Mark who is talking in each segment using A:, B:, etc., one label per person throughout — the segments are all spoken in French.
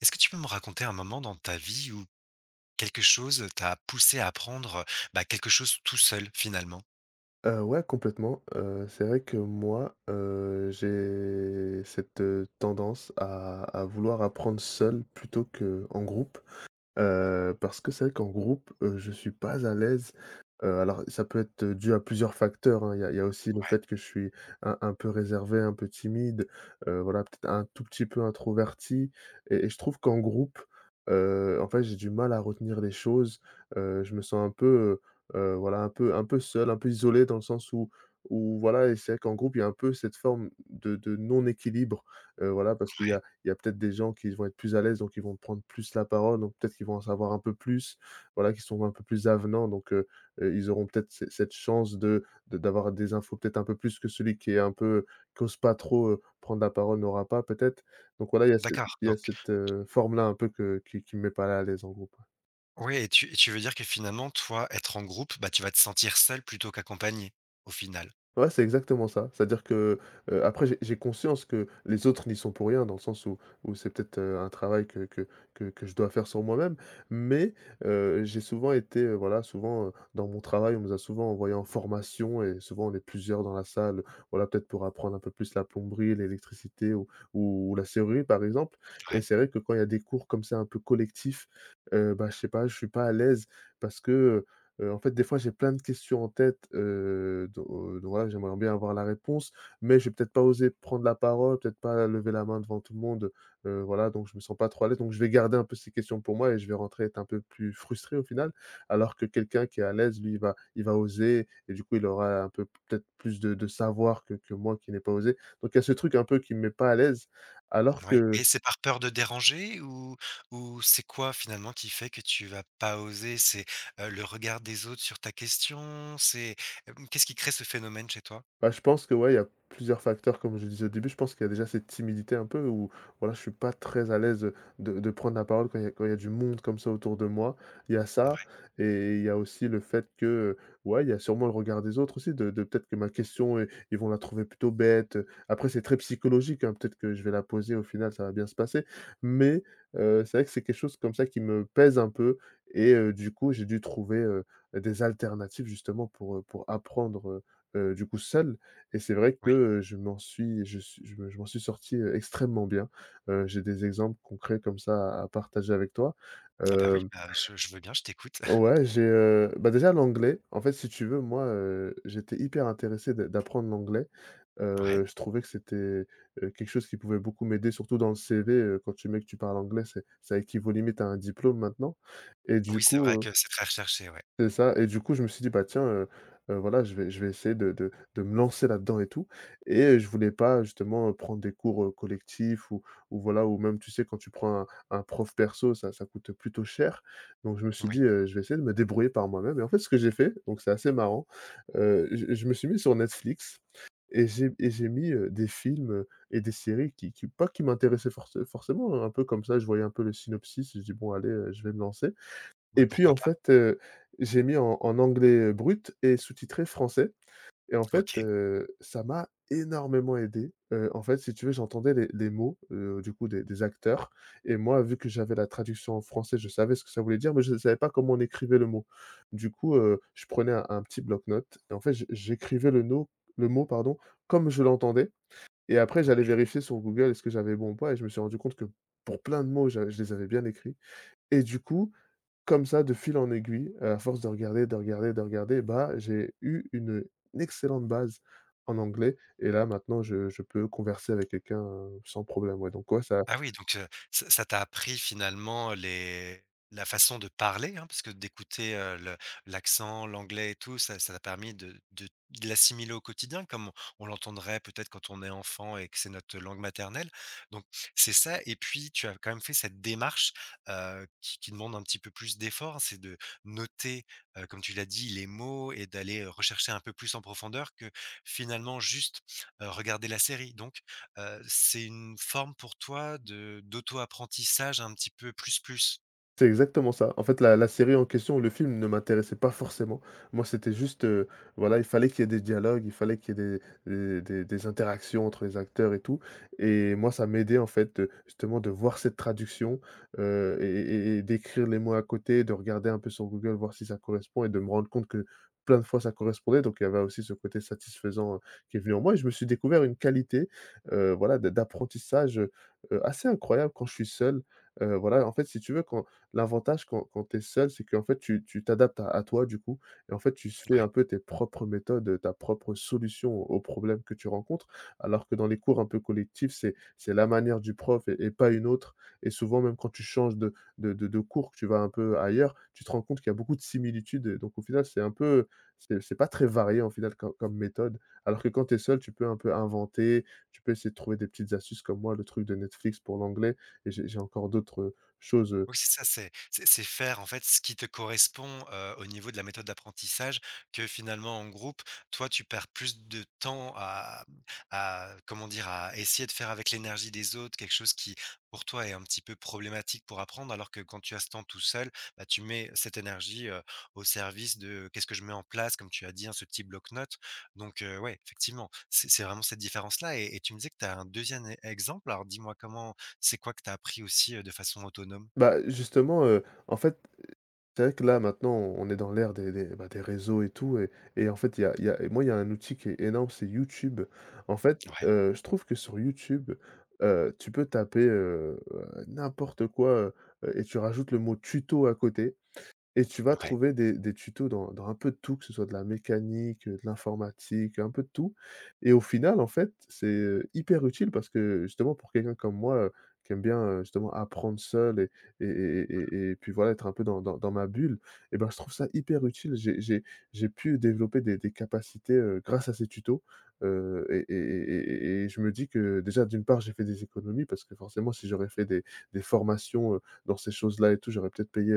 A: Est-ce que tu peux me raconter un moment dans ta vie où quelque chose t'a poussé à apprendre, bah, quelque chose tout seul finalement?
B: Ouais, complètement. C'est vrai que moi, j'ai cette, tendance à vouloir apprendre seul plutôt que en groupe. Parce que c'est vrai qu'en groupe, je suis pas à l'aise. Alors ça peut être dû à plusieurs facteurs, hein. Il y a aussi le
A: Ouais,
B: fait que je suis un peu réservé, un peu timide, voilà, peut-être un tout petit peu introverti et je trouve qu'en groupe, en fait, j'ai du mal à retenir les choses. Je me sens un peu, voilà, un peu seul, un peu isolé dans le sens où voilà. Et c'est vrai qu'en groupe, il y a un peu cette forme de non-équilibre, voilà, parce qu'il y
A: ouais.
B: a il y a peut-être des gens qui vont être plus à l'aise, donc ils vont prendre plus la parole, donc peut-être qu'ils vont en savoir un peu plus, voilà, qui sont un peu plus avenants, donc ils auront peut-être c cette chance de d'avoir des infos peut-être un peu plus que celui qui est un peu, qui ose pas trop prendre la parole, n'aura pas peut-être. Donc voilà, il y a ce
A: D'accord,
B: il y a
A: donc
B: cette, forme-là un peu que qui me met pas à l'aise en groupe.
A: oui et tu veux dire que finalement toi, être en groupe, bah, tu vas te sentir seul plutôt qu'accompagné, au final?
B: Ouais, c'est exactement ça. C'est-à-dire que, après j'ai conscience que les autres n'y sont pour rien, dans le sens où où c'est peut-être, un travail que je dois faire sur moi-même. Mais, j'ai souvent été, voilà, souvent, dans mon travail, on nous a souvent envoyé en formation et souvent on est plusieurs dans la salle, voilà, peut-être pour apprendre un peu plus la plomberie, l'électricité ou la serrurerie, par exemple. Et
A: Ouais.
B: c'est vrai que quand il y a des cours comme ça un peu collectifs, bah, je sais pas, je suis pas à l'aise parce que, en fait, des fois, j'ai plein de questions en tête, donc voilà, j'aimerais bien avoir la réponse, mais je vais peut-être pas oser prendre la parole, peut-être pas lever la main devant tout le monde, voilà, donc je me sens pas trop à l'aise, donc je vais garder un peu ces questions pour moi et je vais rentrer être un peu plus frustré au final. Alors que quelqu'un qui est à l'aise, lui, il va oser et du coup, il aura un peu peut-être plus de savoir que moi qui n'ai pas osé. Donc il y a ce truc un peu qui me met pas à l'aise, alors
A: Ouais
B: que
A: et c'est par peur de déranger ou c'est quoi finalement qui fait que tu vas pas oser? C'est, le regard des autres sur ta question? C'est, qu'est-ce qui crée ce phénomène chez toi?
B: bah, je pense que, ouais, il y a plusieurs facteurs comme je disais au début. Je pense qu'il y a déjà cette timidité un peu où, voilà, je suis pas très à l'aise, de prendre la parole quand il y a du monde comme ça autour de moi. Il y a ça
A: Ouais,
B: et il y a aussi le fait que, ouais, il y a sûrement le regard des autres aussi de peut-être que ma question, i ils vont la trouver plutôt bête. Après c'est très psychologique, hein, peut-être que je vais la poser, au final ça va bien se passer. Mais, c'est vrai que c'est quelque chose comme ça qui me pèse un peu et du coup j'ai dû trouver, des alternatives justement pour apprendre, du coup seul et c'est vrai
A: oui.
B: que, je m'en suis je me je m'en suis sorti, extrêmement bien. J'ai des exemples concrets comme ça à partager avec toi.
A: Ah bah, oui,
B: Hem,
A: bah, je veux bien, je t'écoute.
B: ouais, j'ai, bah, déjà l'anglais, en fait, si tu veux, moi, j'étais hyper intéressé d'apprendre l'anglais.
A: Ouais.
B: Je trouvais que c'était, quelque chose qui pouvait beaucoup m'aider, surtout dans le CV, quand tu mets que tu parles anglais, c'est ça équivaut limite à un diplôme maintenant et du
A: Oui, c'est
B: coup,
A: vrai que c'est très recherché, ouais.
B: c'est ça. Et du coup, je me suis dit: «Bah, tiens, voilà, je vais essayer de me lancer là-dedans et tout» et je voulais pas justement, prendre des cours, collectifs ou voilà, ou même, tu sais, quand tu prends un prof perso, ça coûte plutôt cher. Donc je me suis
A: Oui,
B: dit: «Je vais essayer de me débrouiller par moi-même» et en fait, ce que j'ai fait, donc c'est assez marrant, je me suis mis sur Netflix et j'ai mis, des films, et des séries qui pas qui m'intéressaient forcément, hein, un peu comme ça, je voyais un peu le synopsis, je dis: «Bon allez, je vais me lancer».
A: ouais,
B: Et puis
A: pourquoi
B: en
A: pas?
B: fait, j'ai mis en en anglais, brut et sous-titré français et en fait,
A: OK,
B: ça m'a énormément aidé. En fait, si tu veux, j'entendais les mots, du coup des acteurs et moi, vu que j'avais la traduction en français, je savais ce que ça voulait dire, mais je savais pas comment on écrivait le mot. Du coup, je prenais un petit bloc-notes et en fait, j'écrivais le no le mot, pardon, comme je l'entendais et après j'allais
A: ouais.
B: vérifier sur Google est-ce que j'avais bon ou pas, et je me suis rendu compte que pour plein de mots, j'a je les avais bien écrits. Et du coup, comme ça, de fil en aiguille, à force de regarder, de regarder, de regarder, bah, j'ai eu une excellente base en anglais et là, maintenant, je peux converser avec quelqu'un, sans problème, ouais, donc ouais, ça...
A: Ah oui, donc ça ça t'a appris finalement les la façon de parler, hein, parce que d'écouter, le l'accent, l'anglais et tout, ça ça t'a permis de de l'assimiler au quotidien comme on l'entendrait peut-être quand on est enfant et que c'est notre langue maternelle. Donc c'est ça et puis tu as quand même fait cette démarche, qui demande un petit peu plus d'effort, c'est de noter, comme tu l'as dit, les mots et d'aller, rechercher un peu plus en profondeur que finalement juste, regarder la série. C'est une forme pour toi de d'auto-apprentissage un petit peu plus?
B: C'est exactement ça. En fait, la série en question, le film, ne m'intéressait pas forcément. Moi, c'était juste, voilà, il fallait qu'il y ait des dialogues, il fallait qu'il y ait des interactions entre les acteurs et tout, et moi, ça m'aidait, en fait, justement de voir cette traduction, et d'écrire les mots à côté, de regarder un peu sur Google, voir si ça correspond et de me rendre compte que plein de fois ça correspondait, donc il y avait aussi ce côté satisfaisant, qui est venu en moi, et je me suis découvert une qualité, voilà, d'apprentissage, assez incroyable quand je suis seul. Voilà, en fait, si tu veux, quand... L'avantage quand tu es seul, c'est qu'en fait, tu t'adaptes à toi, du coup, et en fait, tu se fais
A: Ouais.
B: un peu tes propres méthodes, ta propre solution aux problèmes que tu rencontres. Alors que dans les cours un peu collectifs, c'est la manière du prof et pas une autre, et souvent, même quand tu changes de cours, que tu vas un peu ailleurs, tu te rends compte qu'il y a beaucoup de similitudes, donc au final, c'est un peu, c'est pas très varié, en final, co comme méthode. Alors que quand tu es seul, tu peux un peu inventer, tu peux essayer de trouver des petites astuces comme moi, le truc de Netflix pour l'anglais. Et j'ai encore d'autres, choses,
A: Oui, c'est ça, c'est c'est faire en fait ce qui te correspond, au niveau de la méthode d'apprentissage que finalement en groupe, toi tu perds plus de temps à comment dire? À essayer de faire avec l'énergie des autres quelque chose qui pour toi est un petit peu problématique pour apprendre alors que quand tu as ce temps tout seul, bah, tu mets cette énergie, au service de: «Qu'est-ce que je mets en place?» comme tu as dit, hein, ce petit bloc-notes donc ouais, effectivement, c'est vraiment cette différence-là et tu me disais que tu as un deuxième e exemple, alors dis-moi comment c'est quoi que tu as appris aussi, de façon autonome?
B: bah, justement, en fait, c'est vrai que là, maintenant, on est dans l'ère des bah, des réseaux et tout, et en fait, il y a un outil qui est énorme, c'est YouTube. En fait,
A: Ouais,
B: je trouve que sur YouTube, tu peux taper, n'importe quoi, et tu rajoutes le mot tuto à côté, et tu vas
A: ouais.
B: trouver des tutos dans un peu de tout, que ce soit de la mécanique, de l'informatique, un peu de tout. Et au final, en fait, c'est, hyper utile parce que, justement, pour quelqu'un comme moi, qui aime bien, justement apprendre seul et puis, voilà, être un peu dans ma bulle, et ben, je trouve ça hyper utile. J'ai pu développer des capacités, grâce à ces tutos, et je me dis que, déjà, d'une part, j'ai fait des économies parce que, forcément, si j'aurais fait des formations, dans ces choses-là et tout, j'aurais peut-être payé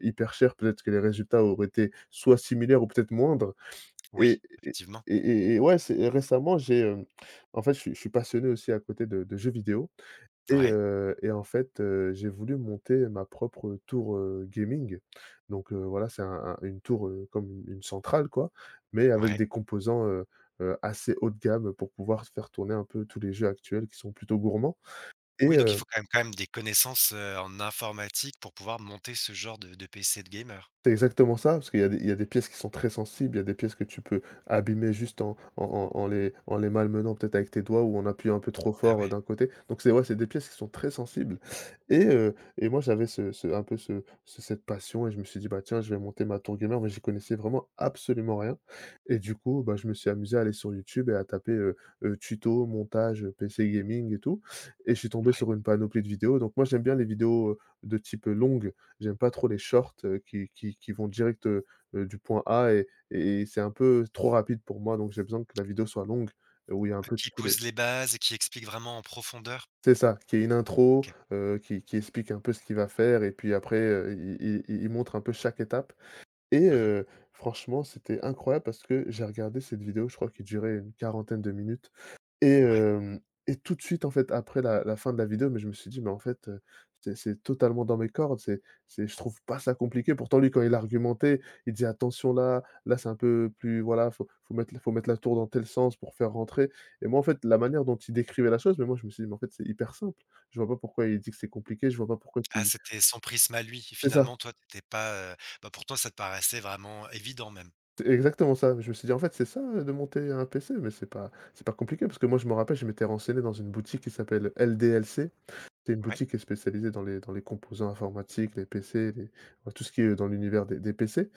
B: hyper cher, peut-être que les résultats auraient été soit similaires ou peut-être moindres.
A: Oui,
B: et et
A: effectivement.
B: et et ouais, c'est et récemment, j'ai, en fait, je suis passionné aussi à côté de jeux vidéo, et
A: Ouais,
B: heu et en fait, j'ai voulu monter ma propre tour, gaming. Donc voilà, c'est un une tour, comme une centrale quoi, mais avec
A: ouais.
B: des composants, assez haut de gamme pour pouvoir faire tourner un peu tous les jeux actuels qui sont plutôt gourmands et
A: Oui, donc il
B: heu
A: faut quand même des connaissances, en informatique pour pouvoir monter ce genre de PC de gamer.
B: C'est exactement ça, parce qu'il y a des pièces qui sont très sensibles, il y a des pièces que tu peux abîmer juste en les malmenant peut-être avec tes doigts ou en appuyant un peu trop
A: Ah
B: fort,
A: ouais,
B: d'un côté. Donc c'est ouais, c'est des pièces qui sont très sensibles et moi j'avais ce ce un peu ce ce cette passion et je me suis dit: «Bah, tiens, je vais monter ma tour gamer», mais j'y connaissais vraiment absolument rien et du coup, bah, je me suis amusé à aller sur YouTube et à taper, tuto, montage, PC gaming et tout, et je suis tombé
A: ouais.
B: sur une panoplie de vidéos. Donc moi j'aime bien les vidéos, de type, longue. J'aime pas trop les shorts, qui vont direct, du point A et c'est un peu trop rapide pour moi, donc j'ai besoin que la vidéo soit longue, où il y a un
A: Heu,
B: peu de
A: qui
B: tous les.
A: pose les bases et qui explique vraiment en profondeur?
B: C'est ça, qu'il y ait une intro,
A: OK.
B: qui explique un peu ce qu'il va faire et puis après, il montre un peu chaque étape et
A: Mmh.
B: heu, franchement, c'était incroyable parce que j'ai regardé cette vidéo, je crois qu'il durait une quarantaine de minutes. Et
A: Ouais.
B: hem et tout de suite, en fait, après la fin de la vidéo, mais je me suis dit: «Mais en fait, c'est totalement dans mes cordes, c'est je trouve pas ça compliqué». Pourtant lui, quand il argumentait, il disait: «Attention là, là c'est un peu plus voilà, faut mettre la tour dans tel sens pour faire rentrer», et moi, en fait, la manière dont il décrivait la chose, mais moi je me suis dit: «Mais en fait, c'est hyper simple. Je vois pas pourquoi il dit que c'est compliqué, je vois pas pourquoi
A: Ah,
B: il».
A: c'était son prisme à lui.
B: C'est ça,
A: Finalement, toi, t'étais pas, bah, pour toi, ça te paraissait vraiment évident même?
B: c'est exactement ça. Je me suis dit: «En fait, c'est ça, de monter un PC, mais c'est pas compliqué». Parce que moi, je me rappelle, je m'étais renseigné dans une boutique qui s'appelle LDLC. C'est une
A: Ouais,
B: boutique qui est spécialisée dans les composants informatiques, les PC, les, enfin, tout ce qui est dans l'univers des PC,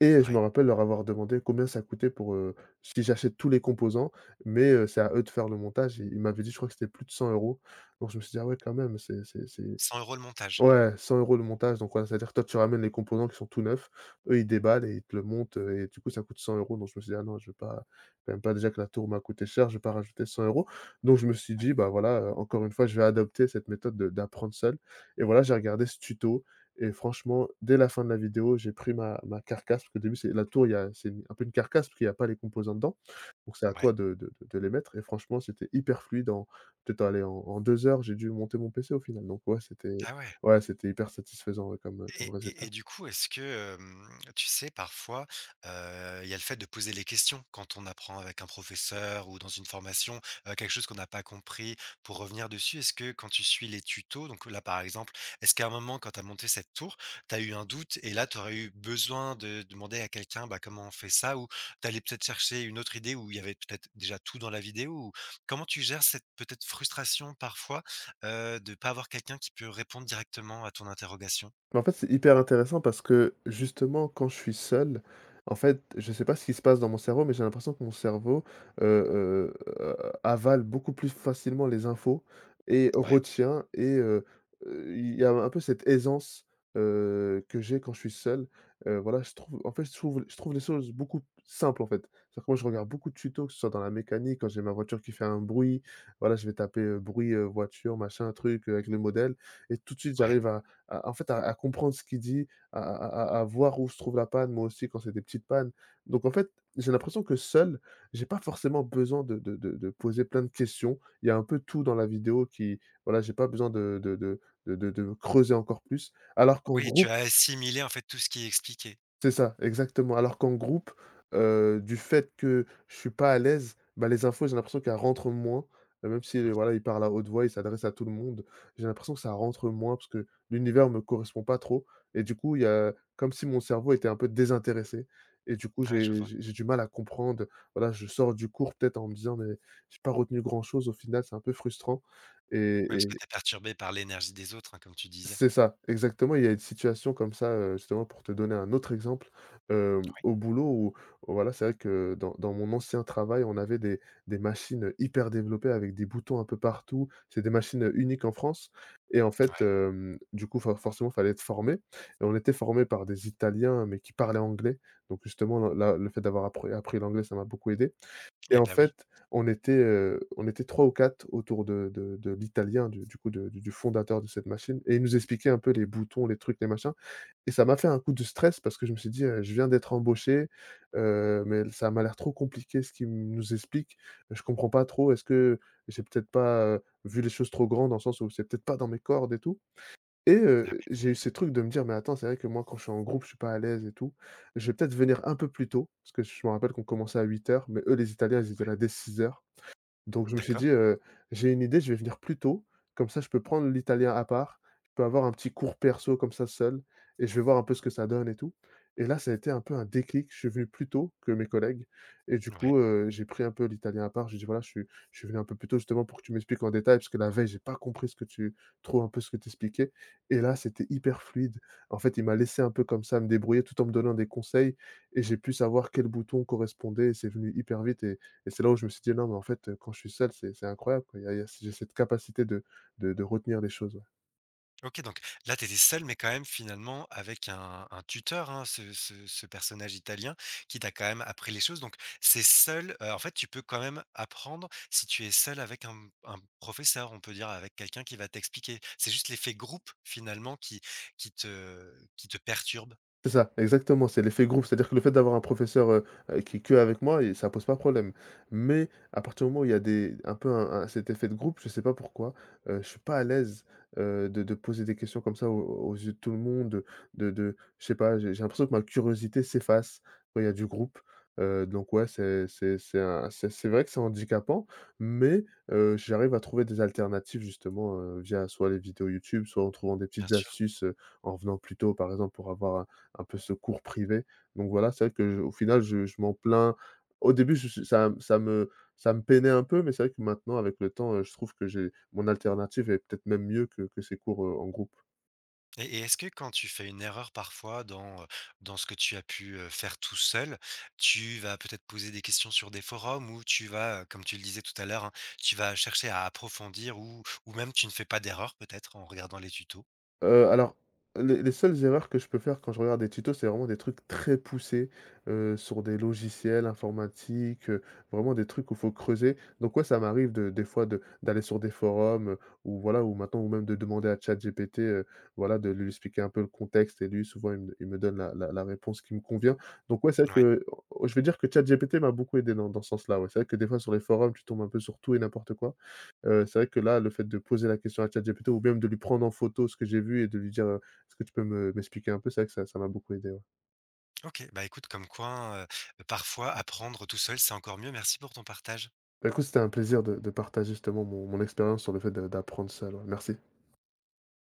B: et je
A: ouais.
B: me rappelle leur avoir demandé combien ça coûtait pour, si j'achète tous les composants, mais c'est à eux de faire le montage, et ils m'avaient dit, je crois que c'était plus de 100 euros. Donc je me suis dit: «Ah ouais, quand même, c'est»
A: 100 euros le montage?
B: Ouais, 100 euros le montage, donc ouais, c'est-à-dire que toi, tu ramènes les composants qui sont tout neufs, eux, ils déballent et ils te le montent, et du coup, ça coûte 100 euros. Donc je me suis dit: «Ah non, je vais pas quand même pas, déjà que la tour m'a coûté cher, je vais pas rajouter 100 euros. Donc je me suis dit: «Bah, voilà, encore une fois, je vais adopter cette méthode de d'apprendre seul», et voilà, j'ai regardé ce tuto, et franchement, dès la fin de la vidéo, j'ai pris ma carcasse, parce qu'au début, c'est la tour, il y a c'est une un peu une carcasse parce qu'il y a pas les composants dedans, donc c'est à
A: Ouais.
B: toi de les mettre, et franchement, c'était hyper fluide en peut-être aller en 2 heures j'ai dû monter mon PC au final, donc ouais, c'était,
A: Ah ouais.
B: ouais, c'était hyper satisfaisant, ouais, comme, comme
A: Et et
B: résultat.
A: du coup, est-ce que, tu sais, parfois, il y a le fait de poser les questions quand on apprend avec un professeur ou dans une formation, quelque chose qu'on n'a pas compris pour revenir dessus. Est-ce que quand tu suis les tutos, donc là, par exemple, est-ce qu'à un moment quand tu as monté cette tour, tu as eu un doute et là, tu aurais eu besoin de demander à quelqu'un, bah, comment on fait ça? Ou tu allais peut-être chercher une autre idée où il y avait peut-être déjà tout dans la vidéo? Ou comment tu gères cette peut-être frustration parfois, de ne pas avoir quelqu'un qui peut répondre directement à ton interrogation?
B: Mais en fait, c'est hyper intéressant parce que justement, quand je suis seul, en fait, je sais pas ce qui se passe dans mon cerveau, mais j'ai l'impression que mon cerveau heu, heu, heu, avale beaucoup plus facilement les infos et
A: Ouais.
B: retient, et il y a un peu cette aisance, que j'ai quand je suis seul. Voilà, je trouve, en fait, je trouve les choses beaucoup simples, en fait. C'est-à-dire que moi, je regarde beaucoup de tutos, que ce soit dans la mécanique, quand j'ai ma voiture qui fait un bruit, voilà, je vais taper, bruit, voiture, machin, truc, avec le modèle, et tout de suite,
A: Ouais.
B: j'arrive à, en fait, à comprendre ce qu'il dit, à voir où se trouve la panne, moi aussi, quand c'est des petites pannes. Donc en fait, j'ai l'impression que seul, j'ai pas forcément besoin de poser plein de questions. Il y a un peu tout dans la vidéo qui, voilà, j'ai pas besoin de creuser encore plus. Alors qu'en
A: Oui, tu
B: groupe.
A: as assimilé en fait tout ce qui est expliqué.
B: C'est ça, exactement. Alors qu'en groupe, du fait que je suis pas à l'aise, bah, les infos, j'ai l'impression qu'elles rentrent moins, même si,
A: Mmh.
B: voilà, il parle à haute voix, il s'adresse à tout le monde. J'ai l'impression que ça rentre moins parce que l'univers me correspond pas trop, et du coup, il y a comme si mon cerveau était un peu désintéressé, et du coup,
A: Ouais, je
B: j'ai
A: vois.
B: j'ai j'ai du mal à comprendre. Voilà, je sors du cours peut-être en me disant: «Mais j'ai pas retenu grand chose» au final, c'est un peu frustrant. Et
A: Oui, parce que tu es perturbé par l'énergie des autres, hein, comme tu disais.
B: c'est ça, exactement. Il y a une situation comme ça, justement pour te donner un autre exemple,
A: Oui.
B: au boulot où, voilà, c'est vrai que dans mon ancien travail, on avait des machines hyper développées avec des boutons un peu partout. C'est des machines, uniques en France, et en fait,
A: Ouais.
B: du coup, forcément, fallait être formé, et on était formé par des Italiens, mais qui parlaient anglais. Donc justement, le là, le fait d'avoir appris l'anglais, ça m'a beaucoup aidé, et
A: Eh
B: en
A: ben oui.
B: fait, on était 3 ou 4 autour de l'italien, du coup, de du fondateur de cette machine, et il nous expliquait un peu les boutons, les trucs, les machins, et ça m'a fait un coup de stress parce que je me suis dit, «Je viens d'être embauché, mais ça m'a l'air trop compliqué ce qu'il nous explique. Je comprends pas trop. Est-ce que j'ai peut-être pas, vu les choses trop grandes dans le sens où c'est peut-être pas dans mes cordes et tout?» Et
A: Ah ouais,
B: j'ai eu ce truc de me dire: «Mais attends, c'est vrai que moi quand je suis en groupe, je suis pas à l'aise et tout. Je vais peut-être venir un peu plus tôt», parce que je me rappelle qu'on commençait à 8 heures, mais eux les Italiens, ils étaient
A: ouais.
B: là dès 6 heures. Donc je me suis
A: D'accord,
B: dit, «J'ai une idée, je vais venir plus tôt, comme ça je peux prendre l'italien à part, je peux avoir un petit cours perso comme ça seul, et je vais voir un peu ce que ça donne et tout», et là, ça a été un peu un déclic. Je suis venu plus tôt que mes collègues, et du
A: ouais.
B: coup, j'ai pris un peu l'italien à part. J'ai dit: «Voilà, je suis venu un peu plus tôt justement pour que tu m'expliques en détail parce que la veille, j'ai pas compris ce que tu trouves un peu ce que tu expliquais», et là, c'était hyper fluide. En fait, il m'a laissé un peu comme ça me débrouiller tout en me donnant des conseils, et j'ai pu savoir quel bouton correspondait, et c'est venu hyper vite, et c'est là où je me suis dit: «Non, mais en fait, quand je suis seul, c'est incroyable, quoi». Il y a j'ai cette capacité de retenir les choses, ouais.
A: OK, donc là, tu étais seul, mais quand même finalement avec un tuteur, hein, ce personnage italien qui t'a quand même appris les choses. Donc c'est seul, en fait, tu peux quand même apprendre si tu es seul avec un professeur, on peut dire, avec quelqu'un qui va t'expliquer. C'est juste l'effet groupe finalement qui qui te qui te perturbe.
B: C'est ça, exactement, c'est l'effet groupe. C'est-à-dire que le fait d'avoir un professeur, qui est que avec moi, et ça pose pas problème. Mais à partir du moment où il y a des un peu un cet effet de groupe, je sais pas pourquoi, je suis pas à l'aise, de poser des questions comme ça aux yeux de tout le monde, de je sais pas, j'ai l'impression que ma curiosité s'efface quand il y a du groupe. Donc ouais, c'est vrai que c'est handicapant, mais j'arrive à trouver des alternatives, justement, via soit les vidéos YouTube, soit en trouvant des
A: Bien
B: petites
A: sûr.
B: astuces, en venant plus tôt par exemple pour avoir un peu ce cours privé. Donc voilà, c'est vrai que je, au final, je m'en plains. Au début, je ça me peinait un peu, mais c'est vrai que maintenant, avec le temps, je trouve que j'ai mon alternative est peut-être même mieux que ces cours, en groupe.
A: Et est-ce que quand tu fais une erreur parfois dans, dans ce que tu as pu, faire tout seul, tu vas peut-être poser des questions sur des forums ou tu vas, comme tu le disais tout à l'heure, hein, tu vas chercher à approfondir ou même tu ne fais pas d'erreur peut-être en regardant les tutos?
B: Alors, les seules erreurs que je peux faire quand je regarde des tutos, c'est vraiment des trucs très poussés, sur des logiciels informatiques, vraiment des trucs où faut creuser. Donc ouais, ça m'arrive de des fois de d'aller sur des forums, ou voilà, ou maintenant, ou même de demander à ChatGPT, voilà, de lui expliquer un peu le contexte, et lui souvent il me donne la réponse qui me convient. Donc ouais, c'est vrai que,
A: Ouais.
B: je vais dire que ChatGPT m'a beaucoup aidé dans ce sens-là, ouais. C'est vrai que des fois sur les forums, tu tombes un peu sur tout et n'importe quoi. C'est vrai que là, le fait de poser la question à ChatGPT, ou même de lui prendre en photo ce que j'ai vu et de lui dire, «Est-ce que tu peux me m'expliquer un peu?», c'est vrai que ça m'a beaucoup aidé, ouais.
A: OK, bah, écoute comme quoi, parfois apprendre tout seul, c'est encore mieux. Merci pour ton partage.
B: Bah, écoute, c'était un plaisir de partager justement mon expérience sur le fait de d'apprendre ça. Merci.